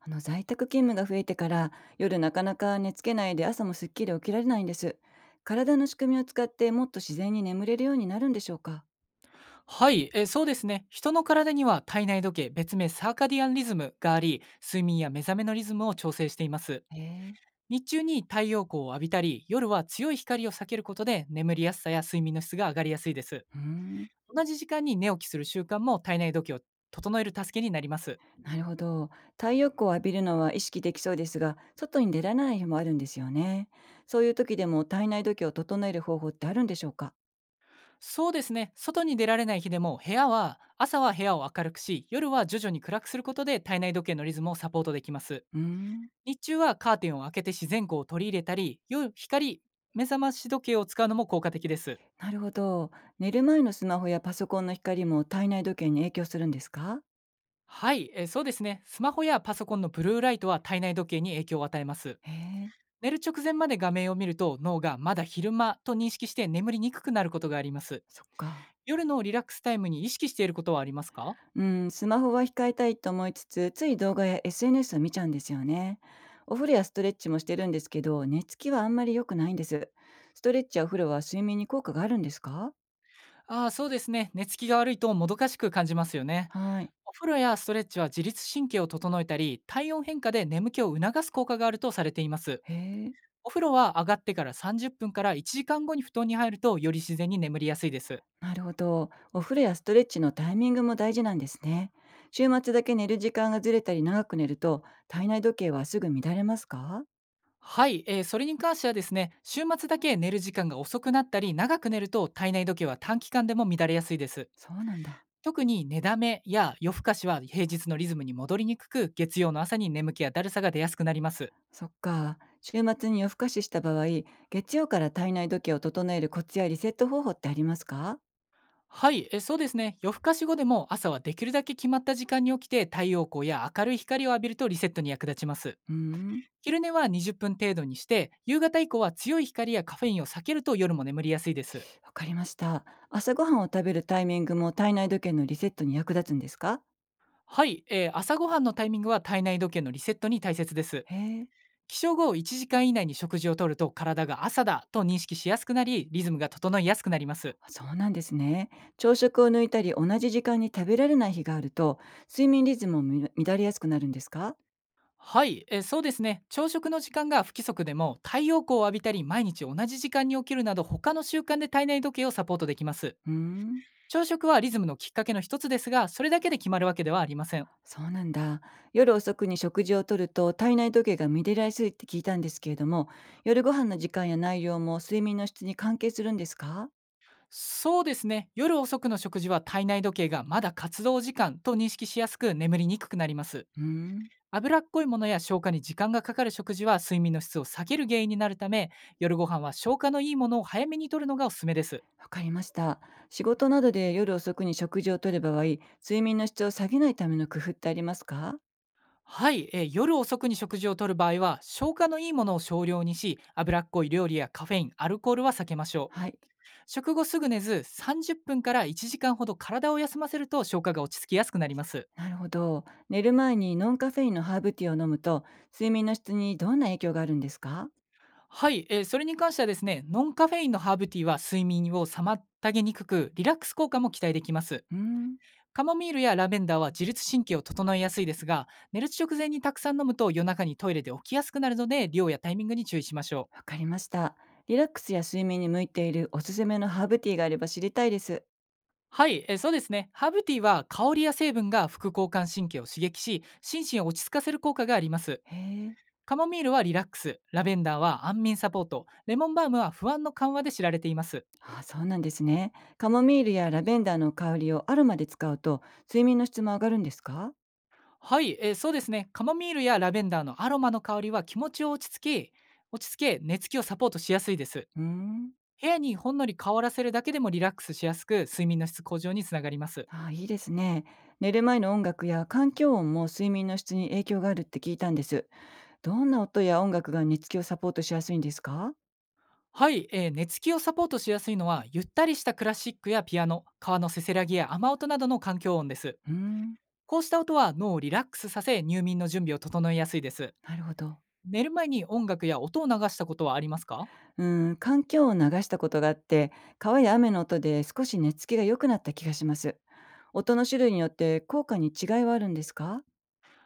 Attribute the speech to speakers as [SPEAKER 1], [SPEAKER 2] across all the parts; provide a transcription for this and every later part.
[SPEAKER 1] 在宅勤務が増えてから夜なかなか寝つけないで朝もすっきり起きられないんです。体の仕組みを使ってもっと自然に眠れるようになるんでしょうか？
[SPEAKER 2] はい、そうですね。人の体には体内時計、別名サーカディアンリズムがあり、睡眠や目覚めのリズムを調整しています。
[SPEAKER 1] へえ。
[SPEAKER 2] 日中に太陽光を浴びたり、夜は強い光を避けることで眠りやすさや睡眠の質が上がりやすいです。
[SPEAKER 1] うーん。
[SPEAKER 2] 同じ時間に寝起きする習慣も体内時計を整える助けになります。
[SPEAKER 1] なるほど。太陽光を浴びるのは意識できそうですが、外に出られない日もあるんですよね。そういう時でも体内時計を整える方法ってあるんでしょうか？
[SPEAKER 2] そうですね。外に出られない日でも部屋は、朝は部屋を明るくし、夜は徐々に暗くすることで体内時計のリズムをサポートできます。
[SPEAKER 1] うーん。
[SPEAKER 2] 日中はカーテンを開けて自然光を取り入れたり、夜光目覚まし時計を使うのも効果的です。
[SPEAKER 1] なるほど。寝る前のスマホやパソコンの光も体内時計に影響するんですか？
[SPEAKER 2] はい、そうですね。スマホやパソコンのブルーライトは体内時計に影響を与えます。
[SPEAKER 1] へえ。
[SPEAKER 2] 寝る直前まで画面を見ると脳がまだ昼間と認識して眠りにくくなることがあります。
[SPEAKER 1] そっか。
[SPEAKER 2] 夜のリラックスタイムに意識していることはありますか？
[SPEAKER 1] うん、スマホは控えたいと思いつつ、つい動画や SNS を見ちゃうんですよね。お風呂やストレッチもしてるんですけど、寝つきはあんまり良くないんです。ストレッチやお風呂は睡眠に効果があるんですか？
[SPEAKER 2] そうですね。寝つきが悪いともどかしく感じますよね。
[SPEAKER 1] はい。
[SPEAKER 2] お風呂やストレッチは自律神経を整えたり、体温変化で眠気を促す効果があるとされています。
[SPEAKER 1] へえ、
[SPEAKER 2] お風呂は上がってから30分から1時間後に布団に入るとより自然に眠りやすいです。
[SPEAKER 1] なるほど。お風呂やストレッチのタイミングも大事なんですね。週末だけ寝る時間がずれたり長く寝ると、体内時計はすぐ乱れますか？
[SPEAKER 2] はい、それに関してはですね、週末だけ寝る時間が遅くなったり、長く寝ると体内時計は短期間でも乱れやすいです。
[SPEAKER 1] そうなんだ。
[SPEAKER 2] 特に寝だめや夜更かしは平日のリズムに戻りにくく、月曜の朝に眠気やだるさが出やすくなります。
[SPEAKER 1] そっか。週末に夜更かしした場合、月曜から体内時計を整えるコツやリセット方法ってありますか？
[SPEAKER 2] はい、そうですね、夜更かし後でも朝はできるだけ決まった時間に起きて、太陽光や明るい光を浴びるとリセットに役立ちます。
[SPEAKER 1] うーん、
[SPEAKER 2] 昼寝は20分程度にして夕方以降は強い光やカフェインを避けると夜も眠りやすいです。
[SPEAKER 1] わかりました。朝ごはんを食べるタイミングも体内時計のリセットに役立つんですか？
[SPEAKER 2] はい、朝ごはんのタイミングは体内時計のリセットに大切です。
[SPEAKER 1] へえ、
[SPEAKER 2] 起床後1時間以内に食事をとると体が朝だと認識しやすくなりリズムが整いやすくなります。
[SPEAKER 1] あ、そうなんですね。朝食を抜いたり同じ時間に食べられない日があると、睡眠リズムも乱れやすくなるんですか？
[SPEAKER 2] はい、そうですね。朝食の時間が不規則でも太陽光を浴びたり毎日同じ時間に起きるなど他の習慣で体内時計をサポートできます。
[SPEAKER 1] うーん、
[SPEAKER 2] 朝食はリズムのきっかけの一つですがそれだけで決まるわけではありません。
[SPEAKER 1] そうなんだ。夜遅くに食事をとると体内時計が乱れやすいって聞いたんですけれども、夜ご飯の時間や内容も睡眠の質に関係するんですか？
[SPEAKER 2] そうですね。夜遅くの食事は体内時計がまだ活動時間と認識しやすく眠りにくくなります。
[SPEAKER 1] うーん、
[SPEAKER 2] 脂っこいものや消化に時間がかかる食事は睡眠の質を下げる原因になるため、夜ご飯は消化のいいものを早めに摂るのがおすすめです。
[SPEAKER 1] わかりました。仕事などで夜遅くに食事をとる場合、睡眠の質を下げないための工夫ってありますか？
[SPEAKER 2] はい、夜遅くに食事を摂る場合は消化のいいものを少量にし脂っこい料理やカフェインアルコールは避けましょう。
[SPEAKER 1] はい。
[SPEAKER 2] 食後すぐ寝ず30分から1時間ほど体を休ませると消化が落ち着きやすくなります。
[SPEAKER 1] なるほど。寝る前にノンカフェインのハーブティーを飲むと、睡眠の質にどんな影響があるんですか？
[SPEAKER 2] はい、それに関してはですね、ノンカフェインのハーブティーは睡眠を妨げにくく、リラックス効果も期待できます。
[SPEAKER 1] うーん。
[SPEAKER 2] カモミールやラベンダーは自律神経を整えやすいですが、寝る直前にたくさん飲むと夜中にトイレで起きやすくなるので、量やタイミングに注意しましょう。
[SPEAKER 1] わかりました。リラックスや睡眠に向いているおすすめのハーブティーがあれば知りたいです。
[SPEAKER 2] はい、そうですね。ハーブティーは香りや成分が副交感神経を刺激し、心身を落ち着かせる効果があります。
[SPEAKER 1] へえ。
[SPEAKER 2] カモミールはリラックス、ラベンダーは安眠サポート、レモンバームは不安の緩和で知られています。
[SPEAKER 1] あ、そうなんですね。カモミールやラベンダーの香りをアロマで使うと、睡眠の質も上がるんですか？
[SPEAKER 2] はい、そうですね。カモミールやラベンダーのアロマの香りは気持ちを落ち着き、落ち着け、寝つきをサポートしやすいです。
[SPEAKER 1] うーん。
[SPEAKER 2] 部屋にほんのり香らせるだけでもリラックスしやすく、睡眠の質向上につながります。
[SPEAKER 1] ああ、いいですね。寝る前の音楽や環境音も睡眠の質に影響があるって聞いたんです。どんな音や音楽が寝つきをサポートしやすいんですか？
[SPEAKER 2] はい、寝つきをサポートしやすいのは、ゆったりしたクラシックやピアノ、川のせせらぎや雨音などの環境音です。
[SPEAKER 1] うーん、
[SPEAKER 2] こうした音は脳をリラックスさせ、入眠の準備を整えやすいです。
[SPEAKER 1] なるほど。
[SPEAKER 2] 寝る前に音楽や音を流したことはありますか？
[SPEAKER 1] うーん、環境音を流したことがあって、川や雨の音で少し寝つきが良くなった気がします。音の種類によって効果に違いはあるんですか？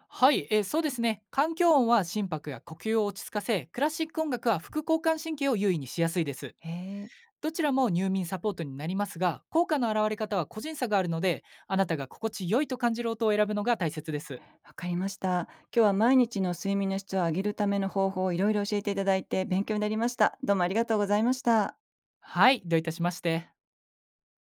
[SPEAKER 2] はい、そうですね。環境音は心拍や呼吸を落ち着かせ、クラシック音楽は副交感神経を優位にしやすいです。
[SPEAKER 1] へえ、
[SPEAKER 2] どちらも入眠サポートになりますが、効果の現れ方は個人差があるので、あなたが心地よいと感じる音を選ぶのが大切です。
[SPEAKER 1] わかりました。今日は毎日の睡眠の質を上げるための方法をいろいろ教えていただいて勉強になりました。どうもありがとうございました。
[SPEAKER 2] はい、どういたしまして。